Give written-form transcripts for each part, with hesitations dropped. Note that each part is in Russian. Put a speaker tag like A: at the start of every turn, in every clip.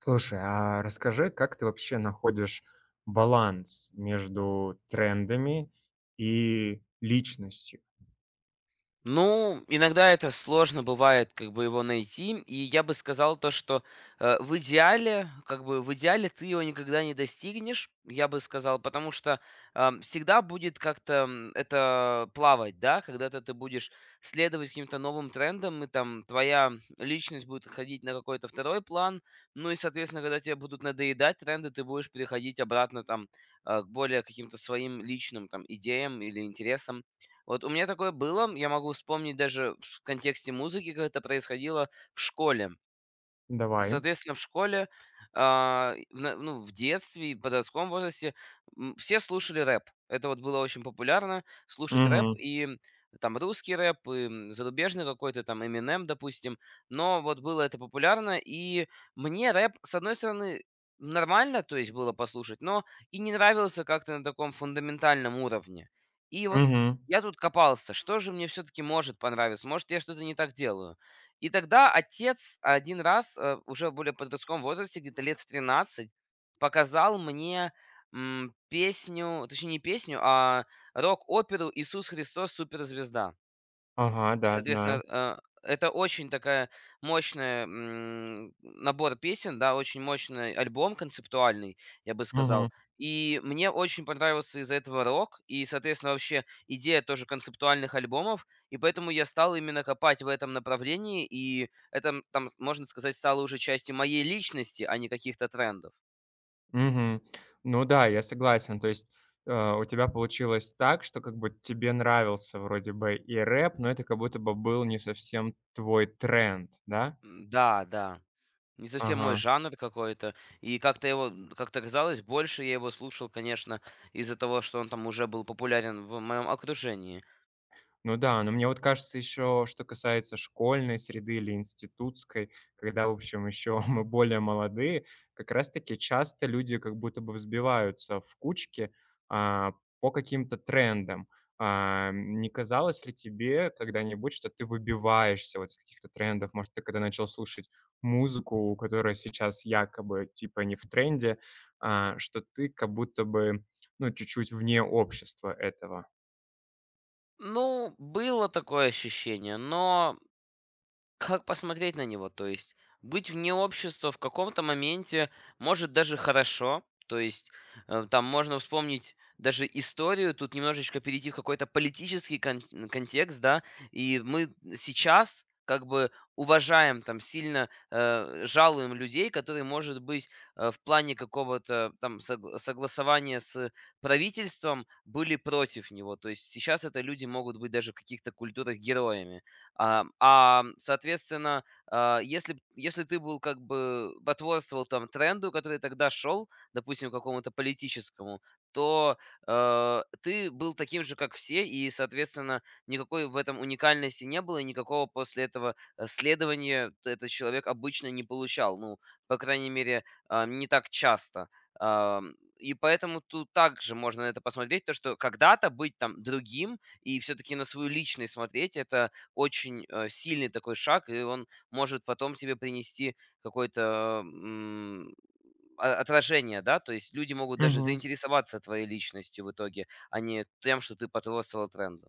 A: Слушай, а расскажи, как ты вообще находишь баланс между трендами и личностью?
B: Ну, иногда это сложно бывает, как бы его найти, и я бы сказал то, что в идеале, как бы в идеале ты его никогда не достигнешь, я бы сказал, потому что всегда будет как-то это плавать, да, когда-то ты будешь следовать каким-то новым трендам, и там твоя личность будет ходить на какой-то второй план, ну и, соответственно, когда тебе будут надоедать тренды, ты будешь переходить обратно там к более каким-то своим личным там идеям или интересам. Вот у меня такое было, я могу вспомнить даже в контексте музыки, как это происходило в школе.
A: Давай.
B: Соответственно, в школе, в детстве и подростковом возрасте, все слушали рэп. Это вот было очень популярно — слушать рэп.
A: Мгм.
B: И там русский рэп, и, зарубежный какой-то там Eminem, допустим. Но вот было это популярно, и мне рэп, с одной стороны, нормально, то есть было послушать, но и не нравился как-то на таком фундаментальном уровне. И вот
A: Мгм.
B: я тут копался, что же мне все таки может понравиться? Может, я что-то не так делаю? И тогда отец один раз, уже в более подростковом возрасте, где-то лет в 13, показал мне, песню, точнее, не песню, а рок-оперу "Иисус Христос — суперзвезда".
A: Ага, да,
B: Соответственно,
A: знаю.
B: это очень такая мощная, набор песен, да, очень мощный альбом концептуальный, я бы
A: Мгм.
B: сказал. И мне очень понравился из-за этого рок и, соответственно, вообще идея тоже концептуальных альбомов, и поэтому я стал именно копать в этом направлении, и это, можно сказать, стало уже частью моей личности, а не каких-то трендов.
A: Мгм. Ну да, я согласен. То есть, у тебя получилось так, что как бы тебе нравился вроде бы и рэп, но это как будто бы был не совсем твой тренд, да?
B: Да, да. Не совсем мой
A: Ага.
B: жанр какой-то. И как-то его, как-то казалось, больше я его слушал, конечно, из-за того, что он там уже был популярен в моем окружении.
A: Ну да, но мне вот кажется еще, что касается школьной среды или институтской, когда, в общем, еще мы более молодые, как раз-таки часто люди как будто бы взбиваются в кучке, а, по каким-то трендам. А, не казалось ли тебе когда-нибудь, что ты выбиваешься вот из каких-то трендов? Может, ты когда начал слушать музыку, которая сейчас якобы типа не в тренде, а, что ты как будто бы, ну, чуть-чуть вне общества этого?
B: Ну, было такое ощущение, но как посмотреть на него? То есть быть вне общества в каком-то моменте может даже хорошо. То есть там можно вспомнить даже историю, тут немножечко перейти в какой-то политический контекст, да, и мы сейчас как бы уважаем, там, сильно жалуем людей, которые, может быть, в плане какого-то там согласования с правительством были против него. То есть сейчас это люди могут быть даже в каких-то культурах героями. Соответственно, если ты был как бы потворствовал там тренду, который тогда шел, допустим, какому-то политическому, то, ты был таким же, как все, и, соответственно, никакой в этом уникальности не было, и никакого после этого, следования т этот человек обычно не получал. Ну, по крайней мере, не так часто. Ам, и поэтому тут также можно на это посмотреть, то, что когда-то быть там другим и все-таки на свою личность смотреть — это очень, сильный такой шаг, и он может потом тебе принести какое-то, отражение, да. То есть люди могут даже заинтересоваться твоей личностью в итоге, а не тем, что ты потворствовал тренду.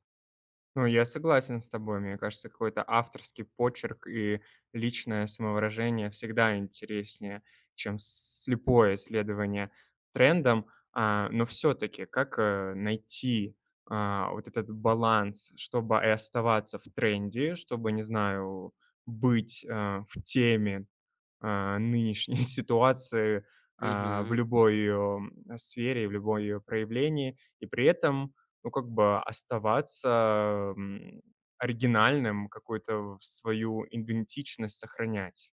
A: Ну, я согласен с тобой. Мне кажется, какой-то авторский почерк и личное самовыражение всегда интереснее, чем слепое следование трендам. А, но все-таки, как найти а, вот этот баланс, чтобы и оставаться в тренде, чтобы, не знаю, быть а, в теме а, нынешней ситуации, а, в
B: Мгм.
A: любой, сфере в любом ее проявлении, и при этом, ну, как бы оставаться, оригинальным, какую-то в свою идентичность сохранять.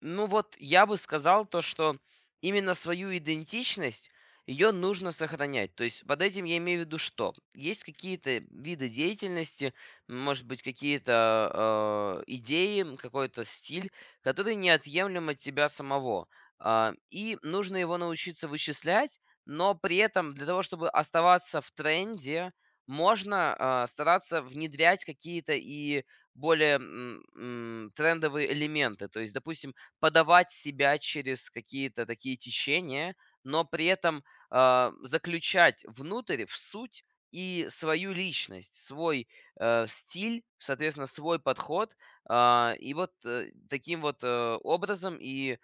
B: Ну вот я бы сказал то, что именно свою идентичность, ее нужно сохранять. То есть под этим я имею в виду что? Есть какие-то виды деятельности, может быть, какие-то идеи, какой-то стиль, который неотъемлем от тебя самого. И нужно его научиться вычислять, но при этом для того, чтобы оставаться в тренде, можно стараться внедрять какие-то и более трендовые элементы. То есть, допустим, подавать себя через какие-то такие течения, но при этом, заключать внутрь, в суть и свою личность, свой, стиль, соответственно, свой подход. А вот таким вот, образом и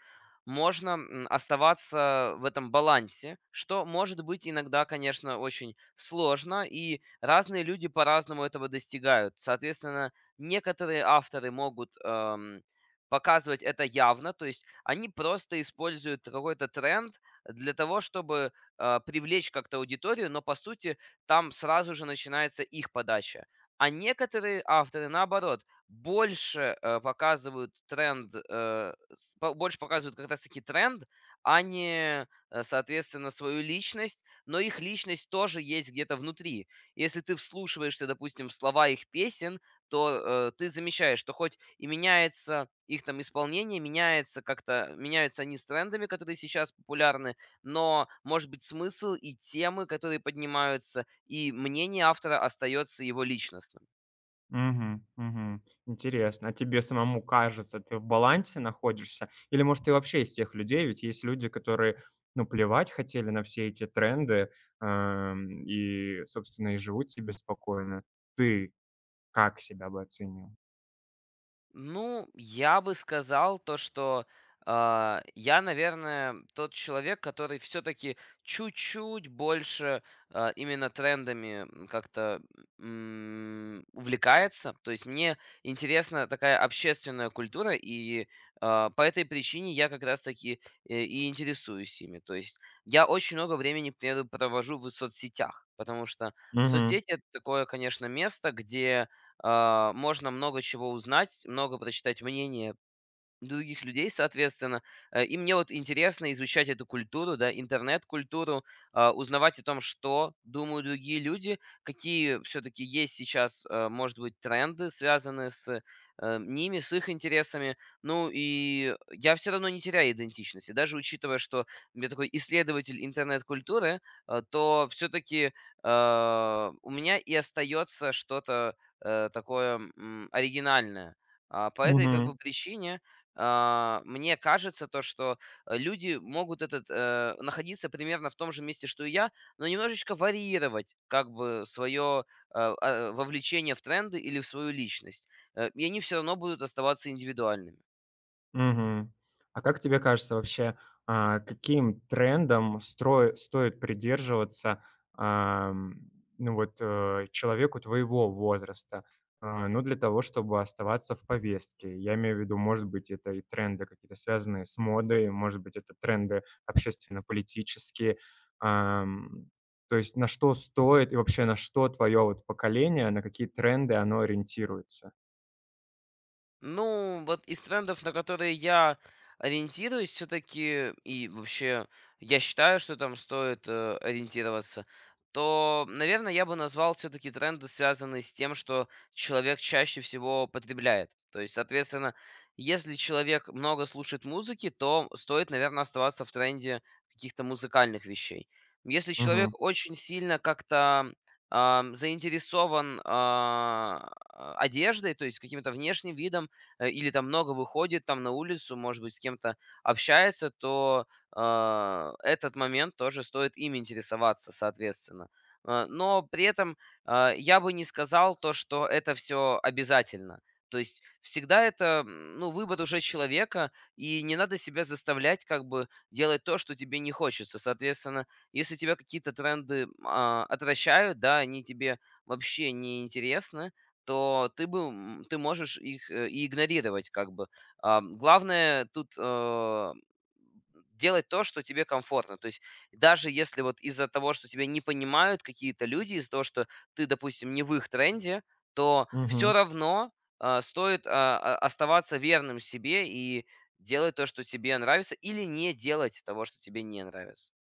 B: можно, оставаться в этом балансе, что может быть иногда, конечно, очень сложно, и разные люди по-разному этого достигают. Соответственно, некоторые авторы могут, показывать это явно. То есть они просто используют какой-то тренд для того, чтобы привлечь как-то аудиторию, но по сути там сразу же начинается их подача. А некоторые авторы, наоборот, больше э, показывают тренд, э, с- по- больше показывают как раз-таки тренд, а не, соответственно, свою личность, но их личность тоже есть где-то внутри. Если ты вслушиваешься, допустим, в слова их песен, то, ты замечаешь, что хоть и меняется их там исполнение, меняется как-то меняются они с трендами, которые сейчас популярны, но, может быть, смысл и темы, которые поднимаются, и мнение автора остается его личностным.
A: Мгм, мгм. Интересно. А тебе самому кажется, ты в балансе находишься? Или, может, ты вообще из тех людей? Ведь есть люди, которые, ну, плевать хотели на все эти тренды, ам, и, собственно, и живут себе спокойно. Ты. Как себя бы оценил?
B: Ну, я бы сказал то, что я, наверное, тот человек, который все-таки чуть-чуть больше именно трендами увлекается. То есть мне интересна такая общественная культура, и по этой причине я как раз-таки и интересуюсь ими. То есть я очень много времени, к примеру, провожу в соцсетях, потому что
A: Мгм,
B: соцсети это такое, конечно, место, где можно много чего узнать, много прочитать мнений других людей, соответственно. И мне вот интересно изучать эту культуру, да, интернет-культуру, узнавать о том, что думают другие люди, какие все-таки есть сейчас, может быть, тренды, связанные с ними, с их интересами. Ну и я все равно не теряю идентичности. Даже учитывая, что я такой исследователь интернет-культуры, то все-таки у меня и остается что-то такое оригинальное. По этой как бы
A: мгм,
B: причине мне кажется, то, что люди могут находиться примерно в том же месте, что и я, но немножечко варьировать как бы свое вовлечение в тренды или в свою личность. И они все равно будут оставаться индивидуальными.
A: мгм. А как тебе кажется вообще, а, каким трендом строе стоит придерживаться, ам, ну вот, человеку твоего возраста, а, ну, для того, чтобы оставаться в повестке? Я имею в виду, может быть, это и тренды какие-то, связанные с модой, может быть, это тренды общественно-политические. Ам, то есть на что стоит и вообще на что твое вот поколение, на какие тренды оно ориентируется?
B: Ну, вот из трендов, на которые я ориентируюсь все-таки, и вообще я считаю, что там стоит ориентироваться, то, наверное, я бы назвал все-таки тренды, связанные с тем, что человек чаще всего потребляет. То есть, соответственно, если человек много слушает музыки, то стоит, наверное, оставаться в тренде каких-то музыкальных вещей. Если человек
A: Мгм,
B: очень сильно как-то заинтересован одеждой, то есть каким-то внешним видом, или там много выходит там на улицу, может быть, с кем-то общается, то этот момент тоже стоит им интересоваться, соответственно. Но при этом я бы не сказал то, что это все обязательно. То есть всегда это ну, выбор уже человека, и не надо себя заставлять как бы делать то, что тебе не хочется. Соответственно, если тебя какие-то тренды отвращают, да, они тебе вообще не интересны, то ты бы, ты можешь их, и игнорировать как бы. Главное тут, делать то, что тебе комфортно. То есть даже если вот из-за того, что тебя не понимают какие-то люди, из-за того, что ты, допустим, не в их тренде, то все
A: мгм.
B: равно, стоит оставаться верным себе и делать то, что тебе нравится, или не делать того, что тебе не нравится.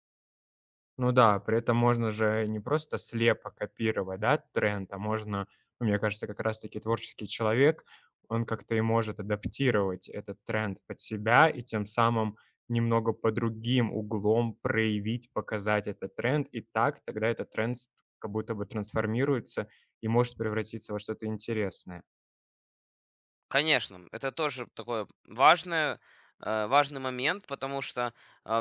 A: Ну да, при этом можно же не просто слепо копировать, да, тренд, а можно, ну, мне кажется, как раз-таки творческий человек, он как-то и может адаптировать этот тренд под себя и тем самым немного по другим углом проявить, показать этот тренд. И так тогда как будто бы трансформируется и может превратиться во что-то интересное.
B: Конечно, это тоже такой важный момент, потому что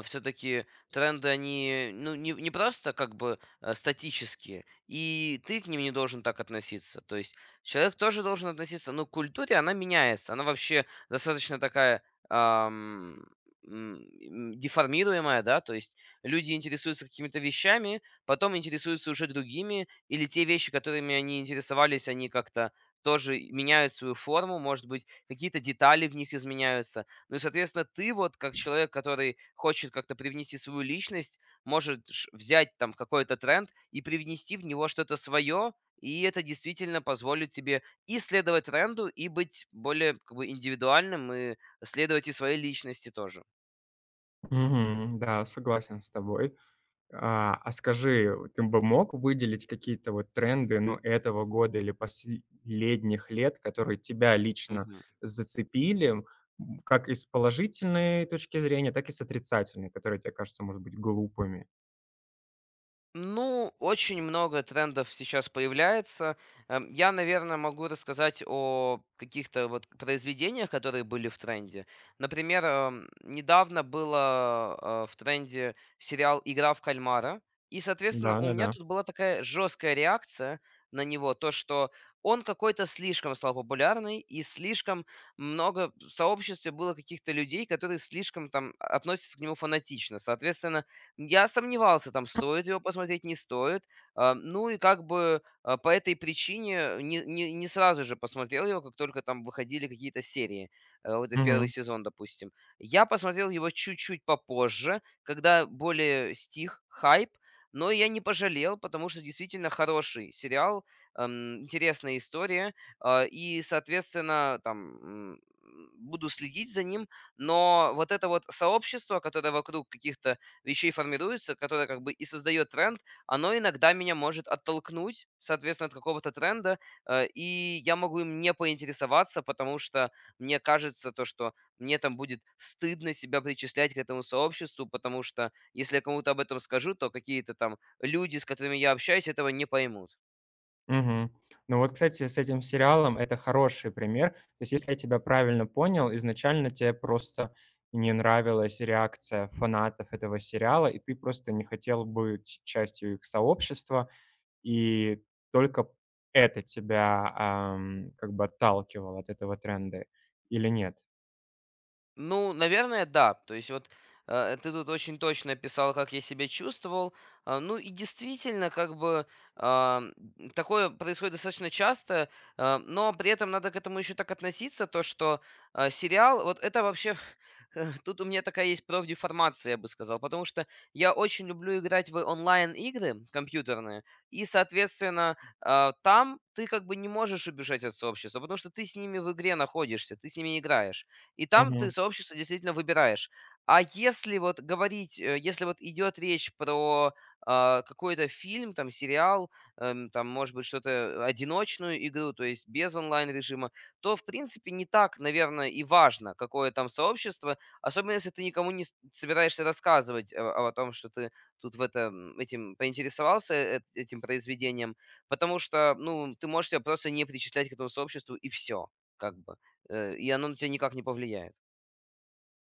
B: все-таки тренды, они ну, не просто как бы статические, и ты к ним не должен так относиться. То есть человек тоже должен относиться, ну, к культуре — она меняется, она вообще достаточно такая ам, деформируемая, да, то есть люди интересуются какими-то вещами, потом интересуются уже другими, или те вещи, которыми они интересовались, они как-то тоже меняют свою форму, может быть, какие-то детали в них изменяются. Ну и, соответственно, ты вот как человек, который хочет как-то привнести свою личность, может взять там какой-то тренд и привнести в него что-то свое, и это действительно позволит тебе и следовать тренду, и быть более как бы индивидуальным, и следовать и своей личности тоже.
A: Мгм, да, согласен с тобой. А скажи, вот ты бы мог выделить какие-то вот тренды, ну, этого года или последних лет, которые тебя лично
B: Мгм.
A: зацепили, м, как и с положительной точки зрения, так и с отрицательной, которые тебе кажутся, может быть, глупыми?
B: Ну, очень много трендов сейчас появляется. Я, наверное, могу рассказать о каких-то вот произведениях, которые были в тренде. Например, недавно было в тренде сериал «Игра в кальмара», и, соответственно, у меня
A: Да-да-да.
B: тут была такая жесткая реакция на него, то, что он какой-то слишком стал популярный, и слишком много в сообществе было каких-то людей, которые слишком там относятся к нему фанатично. Соответственно, я сомневался, там стоит его посмотреть, не стоит. Ну и по этой причине не сразу же посмотрел его, как только там выходили какие-то серии. Вот и первый
A: Мгм.
B: сезон, допустим. Я посмотрел его чуть-чуть попозже, когда более стих хайп. Но я не пожалел, потому что действительно хороший сериал, интересная история. И, соответственно, там м, буду следить за ним. Но вот это вот сообщество, которое вокруг каких-то вещей формируется, которое как бы и создает тренд, оно иногда меня может оттолкнуть, соответственно, от какого-то тренда, и я могу им не поинтересоваться, потому что мне кажется то, что мне там будет стыдно себя причислять к этому сообществу, потому что если я кому-то об этом скажу, то какие-то там люди, с которыми я общаюсь, этого не поймут.
A: Мгм. Ну вот, кстати, с этим сериалом это хороший пример. То есть, если я тебя правильно понял, изначально тебе просто не нравилась реакция фанатов этого сериала, и ты просто не хотел быть частью их сообщества. И только это тебя, ам, как бы отталкивало от этого тренда или нет?
B: Ну, наверное, да. То есть вот ты тут очень точно описал, как я себя чувствовал. Ну и действительно, как бы а, такое происходит достаточно часто, но при этом надо к этому еще так относиться, то что сериал, вот это вообще тут у меня такая есть профдеформация, я бы сказал, потому что я очень люблю играть в онлайн-игры компьютерные, и, соответственно, там ты как бы не можешь убежать от сообщества, потому что ты с ними в игре находишься, ты с ними играешь. И там ты сообщество действительно выбираешь. А если вот говорить, если вот идет речь про какой-то фильм, там сериал, там, может быть, что-то одиночную игру, то есть без онлайн-режима, то, в принципе, не так, наверное, и важно, какое там сообщество, особенно если ты никому не собираешься рассказывать о том, что ты этим поинтересовался этим произведением, потому что, ну, ты можешь себя просто не причислять к этому сообществу, и все, как бы. И оно на тебя никак не повлияет.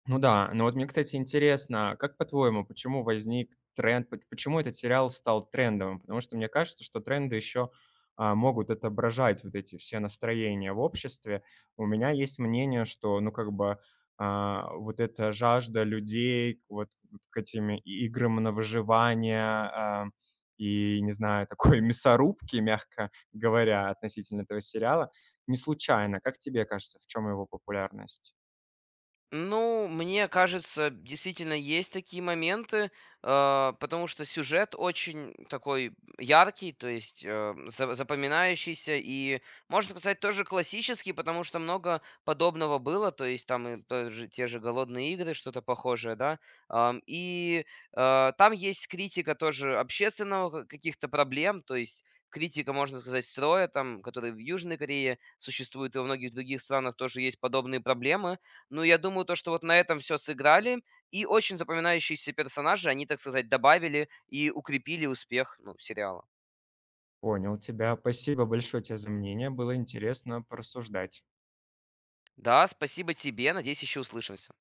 A: Ну да, но вот мне, кстати, интересно, как по-твоему, почему возник тренд, п почему этот сериал стал трендовым? Потому что мне кажется, что тренды еще, а, могут отображать вот эти все настроения в обществе. У меня есть мнение, что, ну, как бы, а, вот эта жажда людей к вот вот к этим и играм на выживание, а, и, не знаю, такой мясорубки, мягко говоря, относительно этого сериала, не случайно. Как тебе кажется, в чем его популярность?
B: Ну, мне кажется, действительно есть такие моменты, потому что сюжет очень такой яркий, то есть запоминающийся и, можно сказать, тоже классический, потому что много подобного было, то есть там и те же «Голодные игры», что-то похожее, да. Ам, и там есть критика тоже общественного каких-то проблем, то есть критика, можно сказать, строя, там, который в Южной Корее существует, и во многих других странах тоже есть подобные проблемы, ну, я думаю, то, что вот на этом все сыграли, и очень запоминающиеся персонажи они, так сказать, добавили и укрепили успех, ну, сериала.
A: Понял тебя. Спасибо большое тебе за мнение. Было интересно порассуждать.
B: Да, спасибо тебе. Надеюсь, еще услышимся.